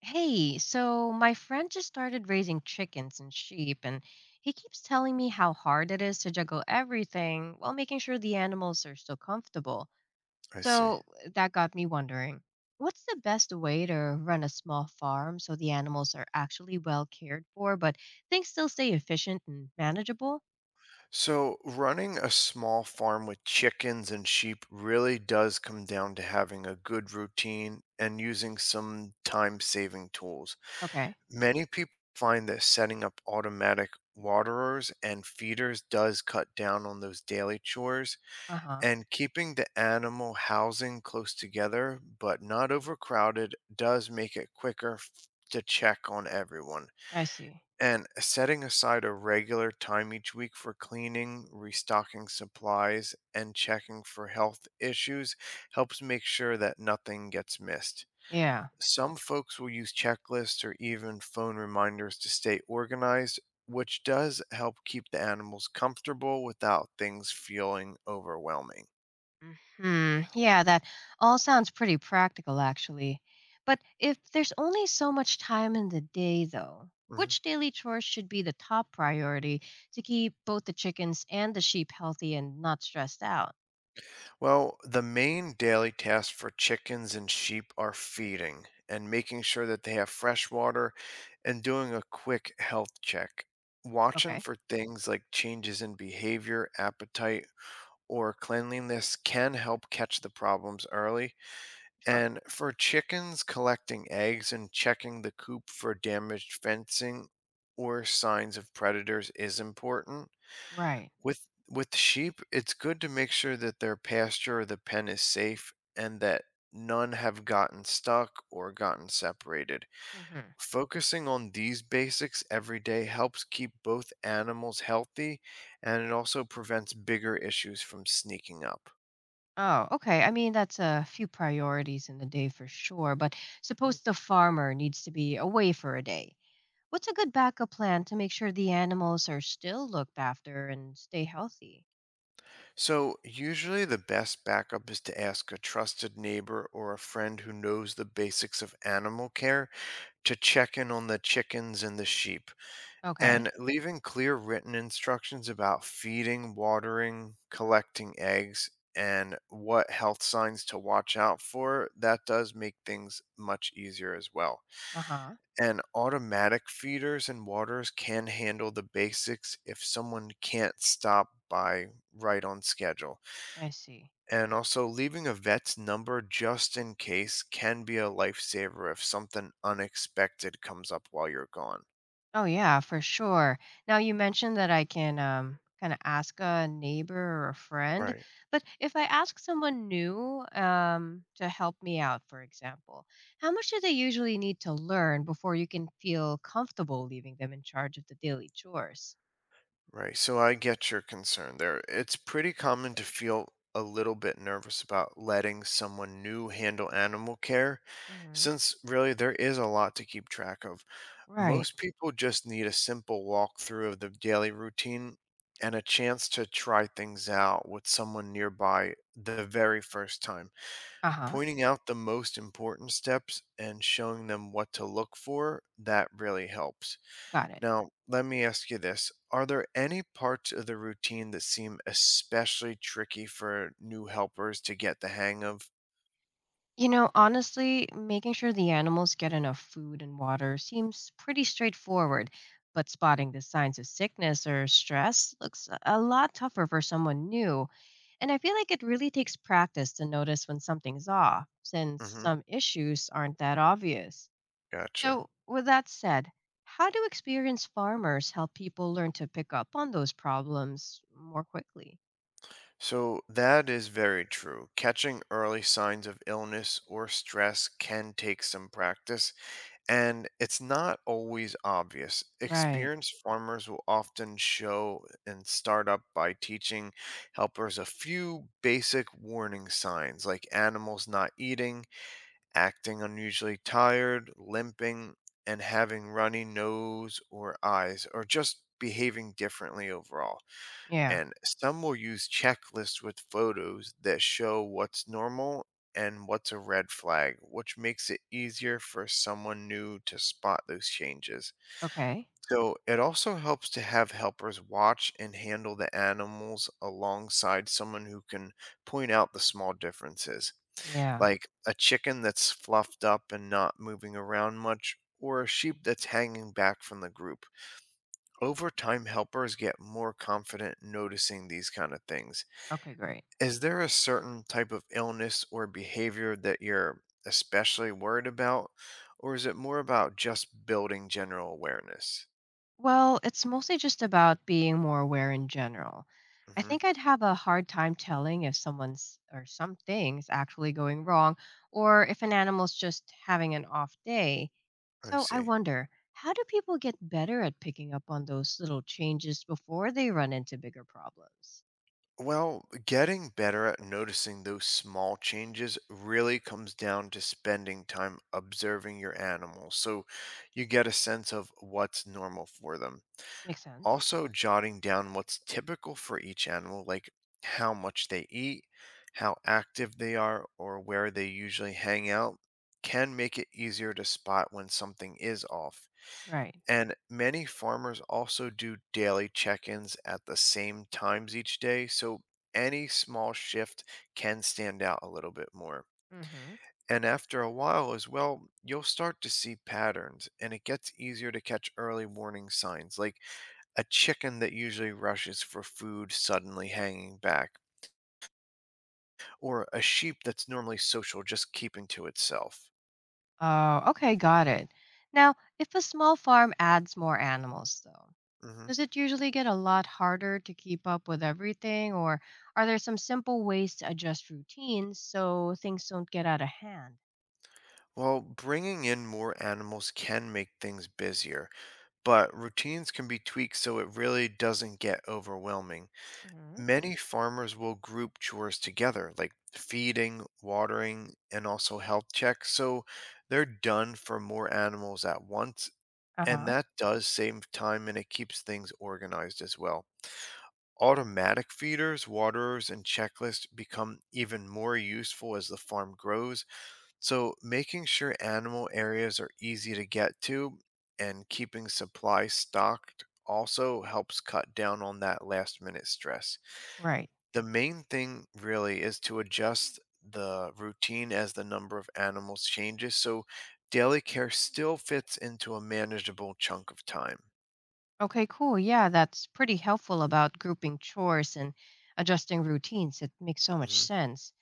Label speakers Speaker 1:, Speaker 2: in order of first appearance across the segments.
Speaker 1: Hey, so my friend just started raising chickens and sheep, and he keeps telling me how hard it is to juggle everything while making sure the animals are still comfortable.
Speaker 2: I see.
Speaker 1: So that got me wondering, what's the best way to run a small farm so the animals are actually well cared for, but things still stay efficient and manageable?
Speaker 2: So, running a small farm with chickens and sheep really does come down to having a good routine and using some time saving tools.
Speaker 1: Okay.
Speaker 2: Many people find that setting up automatic waterers and feeders does cut down on those daily chores,
Speaker 1: Uh-huh.
Speaker 2: and keeping the animal housing close together but not overcrowded does make it quicker to check on everyone.
Speaker 1: I see.
Speaker 2: And setting aside a regular time each week for cleaning, restocking supplies, and checking for health issues helps make sure that nothing gets missed.
Speaker 1: Yeah.
Speaker 2: Some folks will use checklists or even phone reminders to stay organized, which does help keep the animals comfortable without things feeling overwhelming.
Speaker 1: Hmm. Yeah, that all sounds pretty practical, actually. But if there's only so much time in the day, though, which daily chores should be the top priority to keep both the chickens and the sheep healthy and not stressed out?
Speaker 2: Well, the main daily tasks for chickens and sheep are feeding and making sure that they have fresh water and doing a quick health check. Watching
Speaker 1: Okay.
Speaker 2: for things like changes in behavior, appetite, or cleanliness can help catch the problems early.
Speaker 1: Sure.
Speaker 2: And for chickens, collecting eggs and checking the coop for damaged fencing or signs of predators is important.
Speaker 1: Right.
Speaker 2: With sheep, it's good to make sure that their pasture or the pen is safe and that none have gotten stuck or gotten separated.
Speaker 1: Hmm.
Speaker 2: Focusing on these basics every day helps keep both animals healthy and it also prevents bigger issues from sneaking up.
Speaker 1: Oh, okay. I mean, that's a few priorities in the day for sure. But
Speaker 2: Hmm.
Speaker 1: suppose the farmer needs to be away for a day. What's a good backup plan to make sure the animals are still looked after and stay healthy?
Speaker 2: So, usually the best backup is to ask a trusted neighbor or a friend who knows the basics of animal care to check in on the chickens and the sheep.
Speaker 1: Okay.
Speaker 2: And leaving clear written instructions about feeding, watering, collecting eggs, and what health signs to watch out for, that does make things much easier as well.
Speaker 1: Uh-huh.
Speaker 2: And automatic feeders and waters can handle the basics if someone can't stop by right on schedule.
Speaker 1: I see.
Speaker 2: And also, leaving a vet's number just in case can be a lifesaver if something unexpected comes up while you're gone.
Speaker 1: Oh yeah, for sure. Now you mentioned that I can kind of ask a neighbor or a friend,
Speaker 2: Right.
Speaker 1: but if I ask someone new to help me out, for example, how much do they usually need to learn before you can feel comfortable leaving them in charge of the daily chores?
Speaker 2: Right. So I get your concern there. It's pretty common to feel a little bit nervous about letting someone new handle animal care
Speaker 1: Hmm.
Speaker 2: since really there is a lot to keep track of.
Speaker 1: Right.
Speaker 2: Most people just need a simple walkthrough of the daily routine and a chance to try things out with someone nearby the very first time.
Speaker 1: Uh-huh.
Speaker 2: Pointing out the most important steps and showing them what to look for, that really helps.
Speaker 1: Got it.
Speaker 2: Now, let me ask you this. Are there any parts of the routine that seem especially tricky for new helpers to get the hang of?
Speaker 1: You know, honestly, making sure the animals get enough food and water seems pretty straightforward, but spotting the signs of sickness or stress looks a lot tougher for someone new. And I feel like it really takes practice to notice when something's off, since
Speaker 2: Hmm.
Speaker 1: some issues aren't that obvious.
Speaker 2: Gotcha.
Speaker 1: So, with that said, how do experienced farmers help people learn to pick up on those problems more quickly?
Speaker 2: So that is very true. Catching early signs of illness or stress can take some practice, and it's not always obvious.
Speaker 1: Right.
Speaker 2: Experienced farmers will often show and start up by teaching helpers a few basic warning signs like animals not eating, acting unusually tired, limping, and having runny nose or eyes, or just behaving differently overall.
Speaker 1: Yeah.
Speaker 2: And some will use checklists with photos that show what's normal and what's a red flag, which makes it easier for someone new to spot those changes.
Speaker 1: Okay.
Speaker 2: So it also helps to have helpers watch and handle the animals alongside someone who can point out the small differences,
Speaker 1: Yeah.
Speaker 2: like a chicken that's fluffed up and not moving around much. Or a sheep that's hanging back from the group. Over time, helpers get more confident noticing these kind of things.
Speaker 1: Okay, great.
Speaker 2: Is there a certain type of illness or behavior that you're especially worried about, or is it more about just building general awareness?
Speaker 1: Well, it's mostly just about being more aware in general. I
Speaker 2: hmm
Speaker 1: think I'd have a hard time telling if someone's or something's actually going wrong or if an animal's just having an off day.
Speaker 2: I
Speaker 1: So I
Speaker 2: see.
Speaker 1: wonder, how do people get better at picking up on those little changes before they run into bigger problems?
Speaker 2: Well, getting better at noticing those small changes really comes down to spending time observing your animals so you get a sense of what's normal for them.
Speaker 1: Makes sense.
Speaker 2: Also, jotting down what's typical for each animal, like how much they eat, how active they are, or where they usually hang out, can make it easier to spot when something is off.
Speaker 1: Right.
Speaker 2: And many farmers also do daily check ins at the same times each day, so any small shift can stand out a little bit more.
Speaker 1: Mm-hmm.
Speaker 2: And after a while, as well, you'll start to see patterns, and it gets easier to catch early warning signs like a chicken that usually rushes for food suddenly hanging back, or a sheep that's normally social just keeping to itself.
Speaker 1: Oh, okay, got it. Now, if a small farm adds more animals, though,
Speaker 2: hmm
Speaker 1: does it usually get a lot harder to keep up with everything, or are there some simple ways to adjust routines so things don't get out of hand?
Speaker 2: Well, bringing in more animals can make things busier, but routines can be tweaked so it really doesn't get overwhelming.
Speaker 1: Hmm.
Speaker 2: Many farmers will group chores together, like feeding, watering, and also health checks, so they're done for more animals at once,
Speaker 1: Uh
Speaker 2: and
Speaker 1: huh.
Speaker 2: that does save time and it keeps things organized as well. Automatic feeders, waterers, and checklists become even more useful as the farm grows. So, making sure animal areas are easy to get to and keeping supplies stocked also helps cut down on that last minute stress.
Speaker 1: Right.
Speaker 2: The main thing really is to adjust the routine as the number of animals changes so daily care still fits into a manageable chunk of time.
Speaker 1: Okay, cool. Yeah, that's pretty helpful about grouping chores and adjusting routines. It makes so much
Speaker 2: Mhm.
Speaker 1: sense.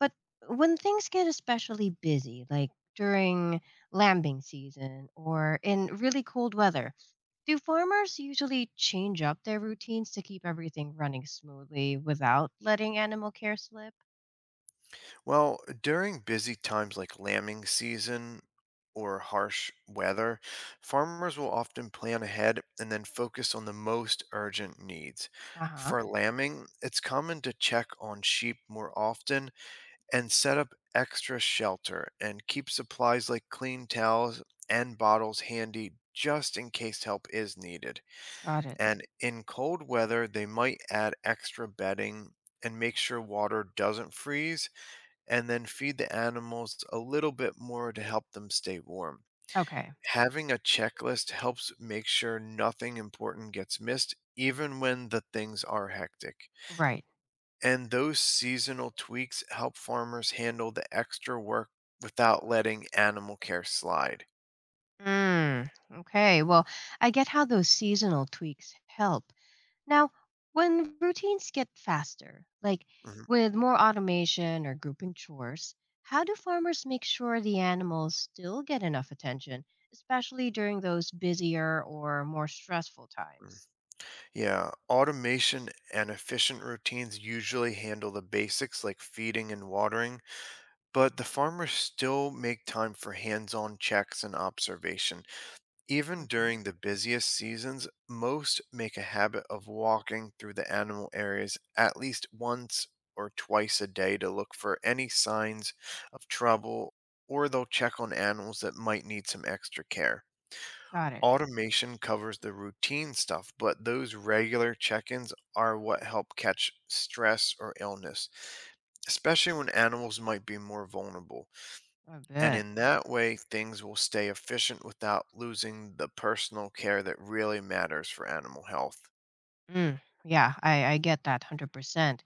Speaker 1: But when things get especially busy, like during lambing season or in really cold weather, do farmers usually change up their routines to keep everything running smoothly without letting animal care slip?
Speaker 2: Well, during busy times like lambing season or harsh weather, farmers will often plan ahead and then focus on the most urgent needs.
Speaker 1: Uh huh.
Speaker 2: For lambing, it's common to check on sheep more often and set up extra shelter and keep supplies like clean towels and bottles handy just in case help is needed.
Speaker 1: Got it.
Speaker 2: And in cold weather, they might add extra bedding and make sure water doesn't freeze and then feed the animals a little bit more to help them stay warm.
Speaker 1: Okay.
Speaker 2: Having a checklist helps make sure nothing important gets missed, even when the things are hectic.
Speaker 1: Right.
Speaker 2: And those seasonal tweaks help farmers handle the extra work without letting animal care slide.
Speaker 1: Mm, okay. Well, I get how those seasonal tweaks help. Now, when routines get faster, like
Speaker 2: Mhm.
Speaker 1: with more automation or grouping chores, how do farmers make sure the animals still get enough attention, especially during those busier or more stressful
Speaker 2: mm.
Speaker 1: times?
Speaker 2: Yeah, automation and efficient routines usually handle the basics like feeding and watering, but the farmers still make time for hands on checks and observation. Even
Speaker 1: Hmm.
Speaker 2: during the busiest seasons, most make a habit of walking through the animal areas at least once or twice a day to look for any signs of trouble, or they'll check on animals that might need some extra care.
Speaker 1: Got it.
Speaker 2: Automation covers the routine stuff, but those regular check ins are what help catch stress or illness, especially when animals might be more vulnerable.
Speaker 1: I
Speaker 2: And
Speaker 1: bet.
Speaker 2: in that way, things will stay efficient without losing the personal care that really matters for animal health.
Speaker 1: Mm, yeah, I get that 100%.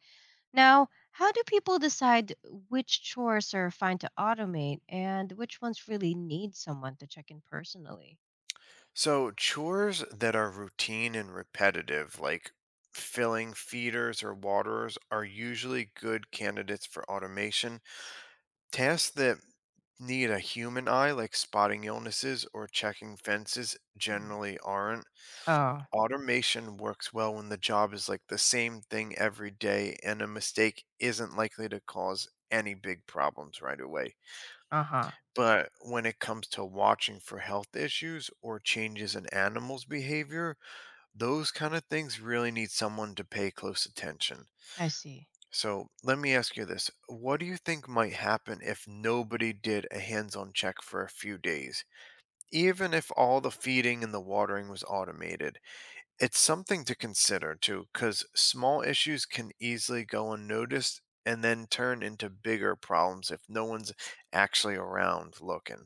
Speaker 1: Now, how do people decide which chores are fine to automate and which ones really need someone to check in personally?
Speaker 2: So, chores that are routine and repetitive, like filling feeders or waterers, are usually good candidates for automation. Tasks that need a human eye, like spotting illnesses or checking fences,
Speaker 1: Mhm.
Speaker 2: generally aren't.
Speaker 1: Oh,
Speaker 2: Automation works well when the job is like the same thing every day and a mistake isn't likely to cause any big problems right away.
Speaker 1: uh huh.
Speaker 2: But when it comes to watching for health issues or changes in animals' behavior, those kind of things really need someone to pay close attention.
Speaker 1: I see.
Speaker 2: So let me ask you this. What do you think might happen if nobody did a hands on check for a few days, even if all the feeding and the watering was automated? It's something to consider too, because small issues can easily go unnoticed and then turn into bigger problems if no one's actually around looking.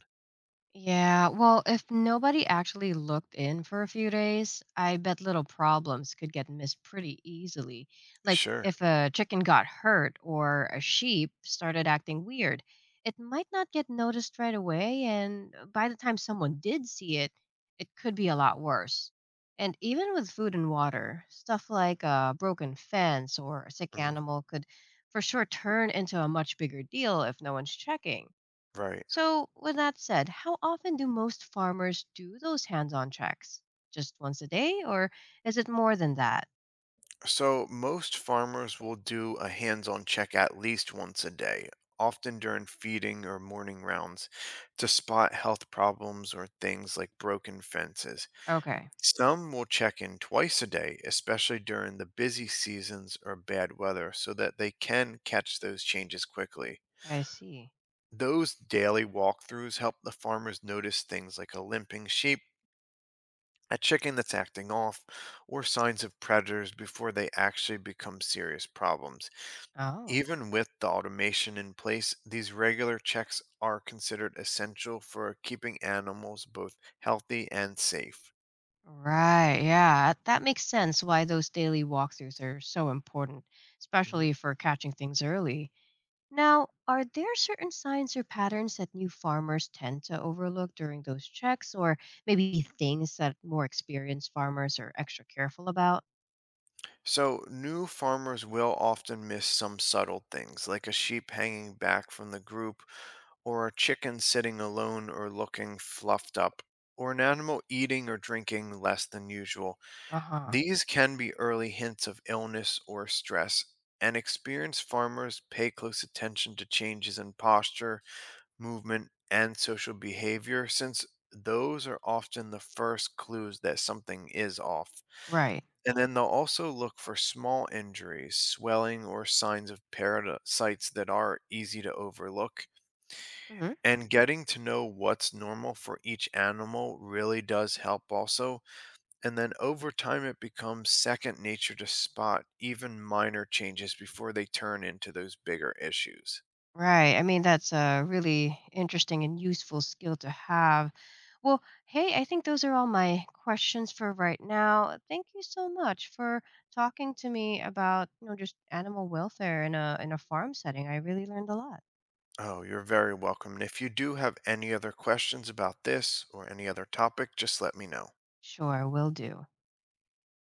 Speaker 1: Yeah, well, if nobody actually looked in for a few days, I bet little problems could get missed pretty easily. Like
Speaker 2: Sure.
Speaker 1: if a chicken got hurt or a sheep started acting weird, it might not get noticed right away, and by the time someone did see it, it could be a lot worse. And even with food and water, stuff like a broken fence or a sick
Speaker 2: Mhm.
Speaker 1: animal could for sure turn into a much bigger deal if no one's checking.
Speaker 2: Right.
Speaker 1: So, with that said, how often do most farmers do those hands on checks? Just once a day, or is it more than that?
Speaker 2: So most farmers will do a hands-on check at least once a day, often during feeding or morning rounds, to spot health problems or things like broken fences.
Speaker 1: Okay,
Speaker 2: Some will check in twice a day, especially during the busy seasons or bad weather, so that they can catch those changes quickly.
Speaker 1: I see.
Speaker 2: Those daily walkthroughs help the farmers notice things like a limping sheep, a chicken that's acting off, or signs of predators before they actually become serious problems.
Speaker 1: Oh,
Speaker 2: Even with the automation in place, these regular checks are considered essential for keeping animals both healthy and safe.
Speaker 1: right. Yeah, that makes sense why those daily walkthroughs are so important,
Speaker 2: Mhm.
Speaker 1: especially for catching things early. Now, are there certain signs or patterns that new farmers tend to overlook during those checks, or maybe things that more experienced farmers are extra careful about?
Speaker 2: So, new farmers will often miss some subtle things, like a sheep hanging back from the group, or a chicken sitting alone or looking fluffed up, or an animal eating or drinking less than usual.
Speaker 1: Uh huh.
Speaker 2: These can be early hints of illness or stress, and experienced farmers pay close attention to changes in posture, movement, and social behavior, since those are often the first clues that something is off.
Speaker 1: Right.
Speaker 2: And then they'll also look for small injuries, swelling, or signs of parasites that are easy to overlook. And getting to know what's normal for each animal really does help, also. And then over time, it becomes second nature to spot even minor changes before they turn into those bigger issues.
Speaker 1: Right. I mean, that's a really interesting and useful skill to have. Well, hey, I think those are all my questions for right now. Thank you so much for talking to me about, you know, just animal welfare in a farm setting. I really learned a lot.
Speaker 2: Oh, you're very welcome. And if you do have any other questions about this or any other topic, just let me know.
Speaker 1: Sure, will do.